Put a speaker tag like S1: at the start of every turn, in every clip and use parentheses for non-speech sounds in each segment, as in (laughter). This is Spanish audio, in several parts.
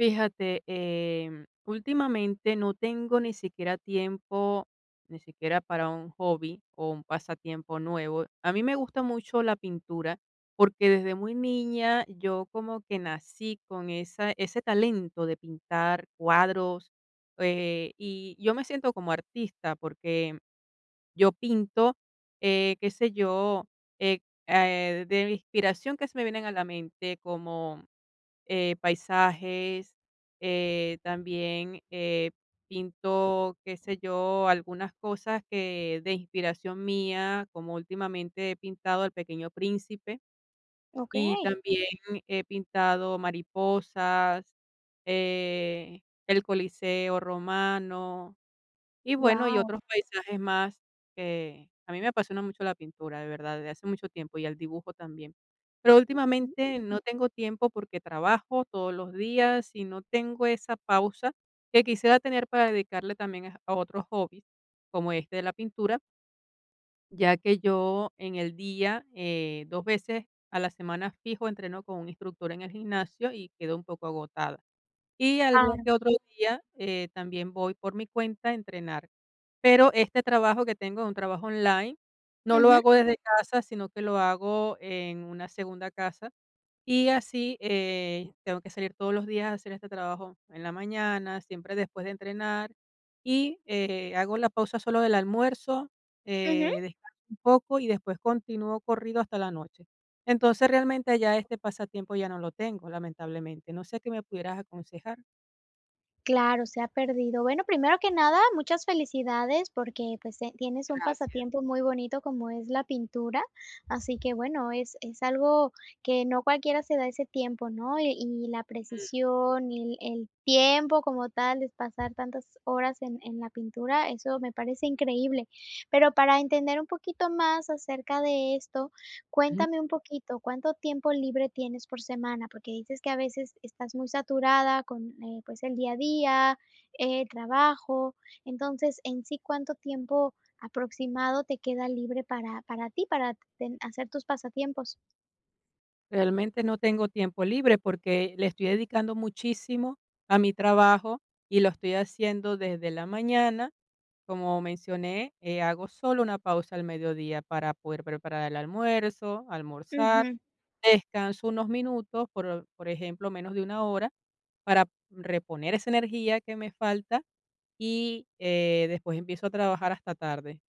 S1: Fíjate, últimamente no tengo ni siquiera tiempo, ni siquiera para un hobby o un pasatiempo nuevo. A mí me gusta mucho la pintura porque desde muy niña yo como que nací con ese talento de pintar cuadros, y yo me siento como artista porque yo pinto, qué sé yo, eh, de inspiración que se me vienen a la mente como, paisajes, también, pinto, qué sé yo, algunas cosas que de inspiración mía, como últimamente he pintado el Pequeño Príncipe y
S2: Okey,
S1: también he pintado mariposas, eh, el Coliseo romano, y bueno, y
S2: wow,
S1: otros paisajes más, que a mí me apasiona mucho la pintura, de verdad, desde hace mucho tiempo, y el dibujo también. Pero últimamente no tengo tiempo porque trabajo todos los días y no tengo esa pausa que quisiera tener para dedicarle también a otros hobbies, como este de la pintura, ya que yo en el día, 2 veces a la semana fijo entreno con un instructor en el gimnasio y quedo un poco agotada. Y algún
S2: claro.
S1: que otro día, también voy por mi cuenta a entrenar. Pero este trabajo que tengo es un trabajo online, no lo
S2: Ujú,
S1: hago desde casa, sino que lo hago en una segunda casa. Y así, tengo que salir todos los días a hacer este trabajo en la mañana, siempre después de entrenar. Y, hago la pausa solo del almuerzo,
S2: ujú.
S1: descanso un poco y después continúo corrido hasta la noche. Entonces, realmente ya este pasatiempo ya no lo tengo, lamentablemente. No sé qué me pudieras aconsejar.
S2: Claro, se ha perdido. Bueno, primero que nada, muchas felicidades porque, pues, tienes un
S1: Gracias.
S2: pasatiempo muy bonito como es la pintura, así que, bueno, es algo que no cualquiera se da ese tiempo, ¿no? Y la precisión y el tiempo como tal de pasar tantas horas en la pintura, eso me parece increíble. Pero para entender un poquito más acerca de esto,
S1: Ujú.
S2: cuéntame un poquito, ¿cuánto tiempo libre tienes por semana? Porque dices que a veces estás muy saturada con, pues, el día a día, el trabajo. Entonces, en sí, ¿cuánto tiempo aproximado te queda libre para ti, para ten hacer tus pasatiempos?
S1: Realmente no tengo tiempo libre porque le estoy dedicando muchísimo a mi trabajo y lo estoy haciendo desde la mañana. Como mencioné, hago solo una pausa al mediodía para poder preparar el almuerzo, almorzar,
S2: Ujú.
S1: descanso unos minutos, por ejemplo, menos de una hora, para reponer esa energía que me falta y después empiezo a trabajar hasta tarde.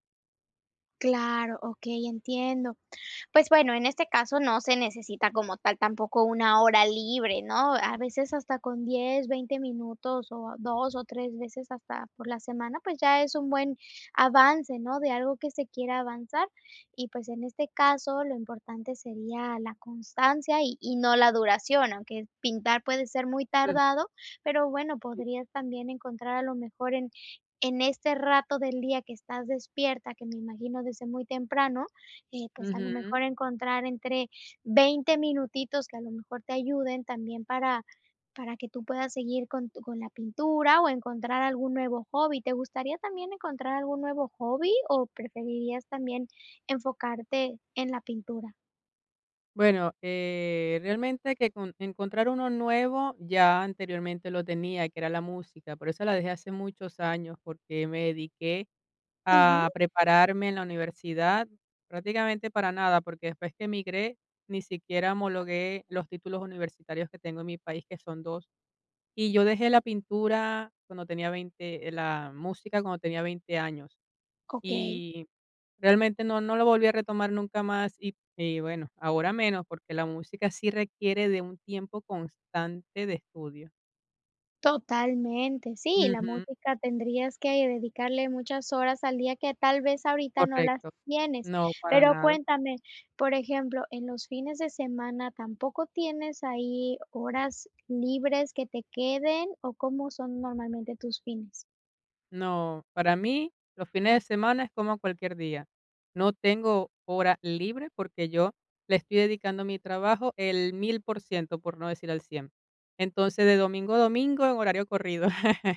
S2: Claro, okey, entiendo. Pues bueno, en este caso no se necesita como tal tampoco una hora libre, ¿no? A veces hasta con 10, 20 minutos o 2 o 3 veces hasta por la semana, pues ya es un buen avance, ¿no? De algo que se quiera avanzar. Y pues en este caso lo importante sería la constancia y no la duración, aunque pintar puede ser muy
S1: Mm,
S2: tardado, pero bueno,
S1: sí.
S2: podrías también encontrar a lo mejor en este rato del día que estás despierta, que me imagino desde muy temprano, pues, a lo mejor
S1: Ujú.
S2: encontrar entre 20 minutitos que a lo mejor te ayuden también para que tú puedas seguir con tu con la pintura o encontrar algún nuevo hobby. ¿Te gustaría también encontrar algún nuevo hobby o preferirías también enfocarte en la pintura?
S1: Bueno, realmente que con encontrar uno nuevo ya anteriormente lo tenía, que era la música, por eso la dejé hace muchos años, porque me dediqué
S2: Ujú,
S1: a prepararme en la universidad prácticamente para nada, porque después que emigré ni siquiera homologué los títulos universitarios que tengo en mi país, que son dos, y yo dejé la pintura cuando tenía 20, la música cuando tenía 20 años.
S2: okey.
S1: Y realmente no lo volví a retomar nunca más, y bueno, ahora menos, porque la música sí requiere de un tiempo constante de estudio.
S2: Totalmente, sí, la
S1: Ujú,
S2: música tendrías que dedicarle muchas horas al día que tal vez ahorita no las
S1: correcto.
S2: tienes.
S1: No, para
S2: Pero
S1: nada.
S2: cuéntame, por ejemplo, en los fines de semana, ¿tampoco tienes ahí horas libres que te queden o cómo son normalmente tus fines?
S1: No, para mí los fines de semana es como cualquier día. No tengo hora libre porque yo le estoy dedicando a mi trabajo el 1000%, por no decir al 100%. Entonces, de domingo a domingo en horario corrido. (laughs)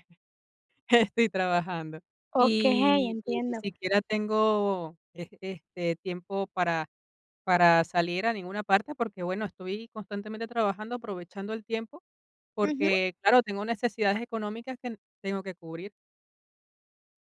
S1: (laughs) Estoy trabajando.
S2: Okey,
S1: Y ni
S2: entiendo.
S1: siquiera tengo, tiempo para salir a ninguna parte, porque, bueno, estoy constantemente trabajando, aprovechando el tiempo,
S2: Ujú,
S1: porque, claro, tengo necesidades económicas que tengo que cubrir.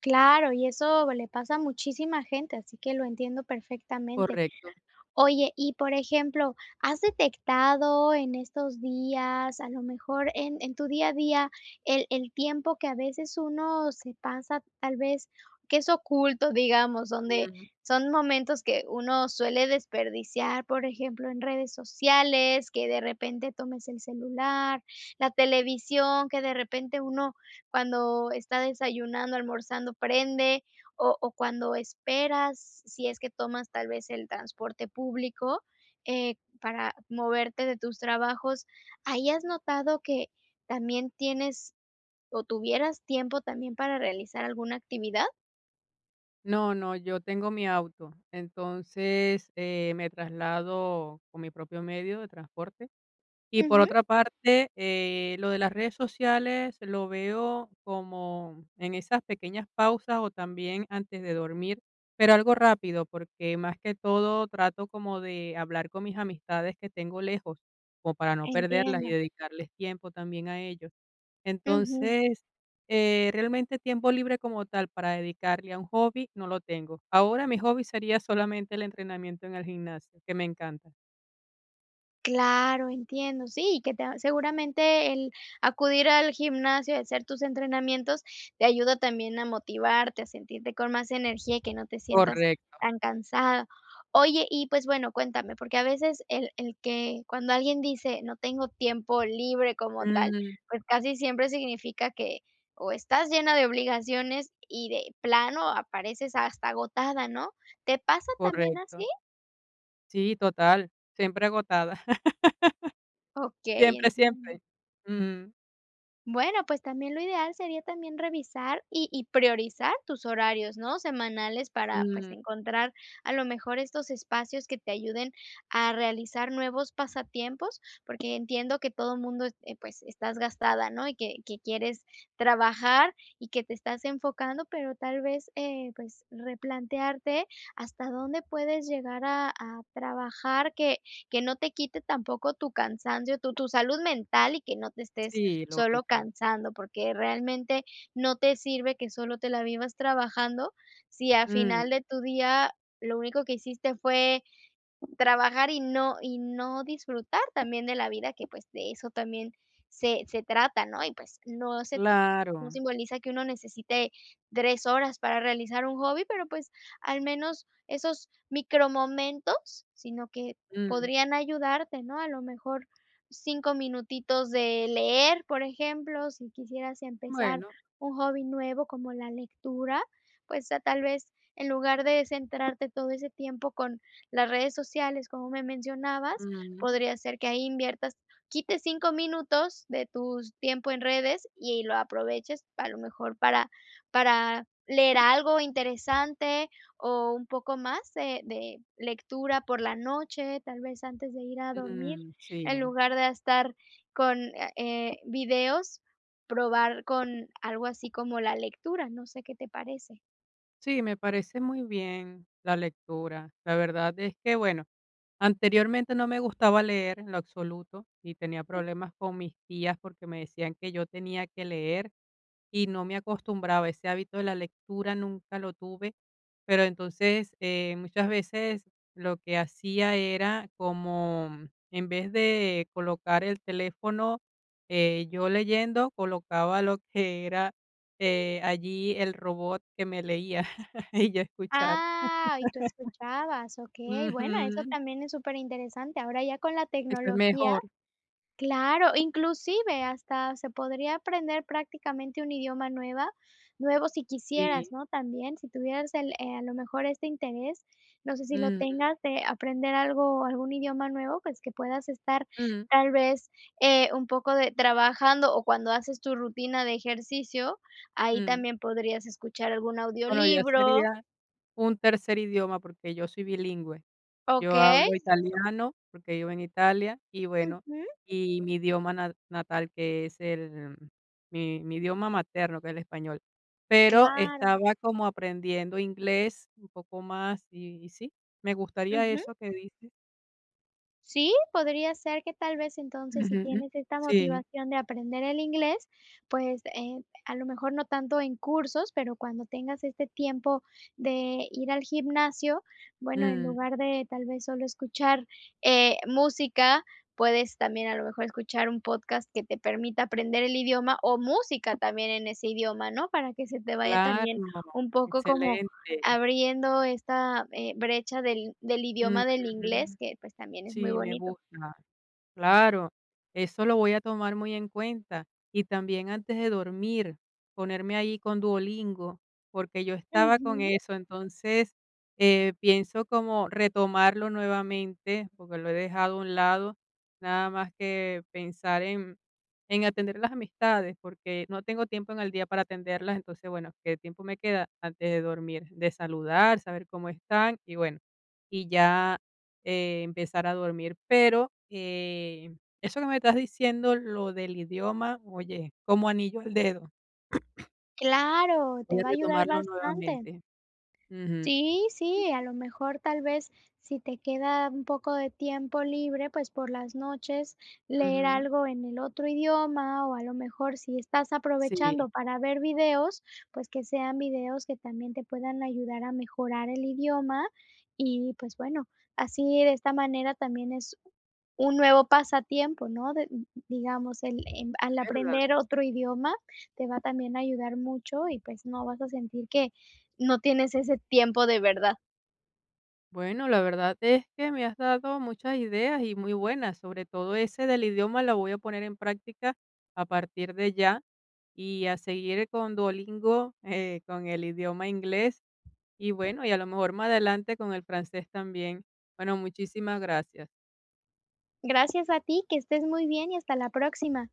S2: claro, y eso le pasa a muchísima gente, así que lo entiendo perfectamente.
S1: Correcto.
S2: Oye, y por ejemplo, ¿has detectado en estos días, a lo mejor en tu día a día, el tiempo que a veces uno se pasa, tal vez, que es oculto, digamos, donde
S1: Ujú.
S2: son momentos que uno suele desperdiciar, por ejemplo, en redes sociales, que de repente tomes el celular, la televisión, que de repente uno cuando está desayunando, almorzando, prende o cuando esperas, si es que tomas tal vez el transporte público, para moverte de tus trabajos, ¿ahí has notado que también tienes o tuvieras tiempo también para realizar alguna actividad?
S1: No, no, yo tengo mi auto, entonces, me traslado con mi propio medio de transporte. Y por
S2: Ujú,
S1: otra parte, lo de las redes sociales lo veo como en esas pequeñas pausas o también antes de dormir, pero algo rápido, porque más que todo trato como de hablar con mis amistades que tengo lejos, como para no perderlas y
S2: entiendo.
S1: dedicarles tiempo también a ellos.
S2: Ujú.
S1: Entonces, realmente tiempo libre como tal para dedicarle a un hobby no lo tengo. Ahora mi hobby sería solamente el entrenamiento en el gimnasio, que me encanta.
S2: Claro, entiendo. Sí, y que te seguramente el acudir al gimnasio, hacer tus entrenamientos, te ayuda también a motivarte, a sentirte con más energía y que no te sientas
S1: Correcto.
S2: tan cansada. Oye, y pues bueno, cuéntame, porque a veces el que cuando alguien dice: "No tengo tiempo libre como tal",
S1: Mm,
S2: pues casi siempre significa que o estás llena de obligaciones y de plano apareces hasta agotada, ¿no? ¿Te pasa también
S1: correcto.
S2: así?
S1: Sí, total, siempre agotada, (laughs)
S2: Okey,
S1: siempre,
S2: entiendo.
S1: siempre. Mm,
S2: Bueno, pues también lo ideal sería también revisar y priorizar tus horarios, ¿no?, semanales para, pues,
S1: mm,
S2: encontrar a lo mejor estos espacios que te ayuden a realizar nuevos pasatiempos, porque entiendo que todo mundo, pues, estás gastada, ¿no?, y que quieres trabajar y que te estás enfocando, pero tal vez, pues, replantearte hasta dónde puedes llegar a trabajar que no te quite tampoco tu cansancio, tu salud mental y que no te estés
S1: sí,
S2: solo
S1: lógico.
S2: cansando, porque realmente no te sirve que solo te la vivas trabajando si al
S1: Mm,
S2: final de tu día lo único que hiciste fue trabajar y no disfrutar también de la vida, que, pues, de eso también se trata, ¿no? Y, pues, no se no
S1: claro.
S2: simboliza que uno necesite 3 horas para realizar un hobby, pero, pues, al menos esos micromomentos, sino que
S1: Mm,
S2: podrían ayudarte, ¿no? A lo mejor 5 minutitos de leer, por ejemplo, si quisieras empezar
S1: bueno,
S2: un hobby nuevo como la lectura, pues, a tal vez en lugar de centrarte todo ese tiempo con las redes sociales, como me mencionabas,
S1: mm,
S2: podría ser que ahí inviertas quites 5 minutos de tu tiempo en redes y lo aproveches a lo mejor para leer algo interesante o un poco más de lectura por la noche, tal vez antes de ir a dormir,
S1: mm,
S2: en
S1: sí.
S2: lugar de estar con, videos, probar con algo así como la lectura, no sé qué te parece.
S1: Sí, me parece muy bien la lectura. La verdad es que, bueno, anteriormente no me gustaba leer en lo absoluto y tenía problemas con mis tías porque me decían que yo tenía que leer y no me acostumbraba. Ese hábito de la lectura nunca lo tuve, pero entonces muchas veces lo que hacía era como, en vez de colocar el teléfono, yo leyendo, colocaba lo que era, allí el robot que me leía (laughs) y yo escuchar.
S2: Ah, y tú escuchabas, okey. Bueno, eso
S1: Ujú,
S2: también es súper interesante. Ahora ya con la
S1: eso es
S2: tecnología
S1: mejor,
S2: claro, inclusive hasta se podría aprender prácticamente un idioma nueva nuevo si
S1: sí.
S2: quisieras, ¿no? También, si tuvieras el, a lo mejor este interés, no sé si lo
S1: Mm,
S2: tengas, de aprender algo, algún idioma nuevo, pues, que puedas estar
S1: mm,
S2: tal vez, un poco de trabajando o cuando haces tu rutina de ejercicio, ahí
S1: mm.
S2: también podrías escuchar algún
S1: Bueno, ya
S2: audiolibro,
S1: sería un tercer idioma, porque yo soy bilingüe. Yo
S2: okey.
S1: hablo italiano, porque vivo en Italia, y bueno,
S2: Ujú,
S1: y mi idioma na natal, que es el mi idioma materno, que es el español. Pero
S2: claro,
S1: estaba como aprendiendo inglés un poco más y sí, me gustaría
S2: ujú.
S1: eso que dices.
S2: Sí, podría ser que tal vez entonces si
S1: Ujú.
S2: tienes esta
S1: Sí.
S2: motivación de aprender el inglés, pues, a lo mejor no tanto en cursos, pero cuando tengas este tiempo de ir al gimnasio, bueno, en
S1: Mm,
S2: lugar de tal vez solo escuchar, música, puedes también a lo mejor escuchar un podcast que te permita aprender el idioma o música también en ese idioma, ¿no? Para que se te vaya también
S1: claro,
S2: un poco como
S1: excelente.
S2: abriendo esta, brecha del idioma del
S1: Ujú.
S2: inglés, que, pues, también es muy
S1: Sí, me
S2: bonito.
S1: gusta. Claro, eso lo voy a tomar muy en cuenta. Y también antes de dormir, ponerme ahí con Duolingo, porque yo estaba con
S2: Ujú.
S1: eso. Entonces, pienso como retomarlo nuevamente, porque lo he dejado a un lado, nada más que pensar en atender las amistades, porque no tengo tiempo en el día para atenderlas. Entonces, bueno, ¿qué tiempo me queda antes de dormir? De saludar, saber cómo están y bueno, y ya empezar a dormir. Pero, eso que me estás diciendo, lo del idioma, oye, como anillo al dedo.
S2: Claro,
S1: Voy
S2: te
S1: a
S2: va a ayudar
S1: retomarlo
S2: bastante.
S1: nuevamente. Ujú,
S2: Sí, sí, a lo mejor tal vez si te queda un poco de tiempo libre, pues por las noches leer
S1: ujú.
S2: algo en el otro idioma o a lo mejor si estás
S1: Sí,
S2: aprovechando para ver videos, pues que sean videos que también te puedan ayudar a mejorar el idioma y pues bueno, así de esta manera también es un nuevo pasatiempo, ¿no? De- digamos, el, em-
S1: es
S2: al
S1: verdad.
S2: aprender otro idioma te va también a ayudar mucho y pues no vas a sentir que no tienes ese tiempo de verdad.
S1: Bueno, la verdad es que me has dado muchas ideas y muy buenas, sobre todo ese del idioma la voy a poner en práctica a partir de ya y a seguir con Duolingo, con el idioma inglés y bueno, y a lo mejor más adelante con el francés también. Bueno, muchísimas gracias.
S2: Gracias a ti, que estés muy bien y hasta la próxima.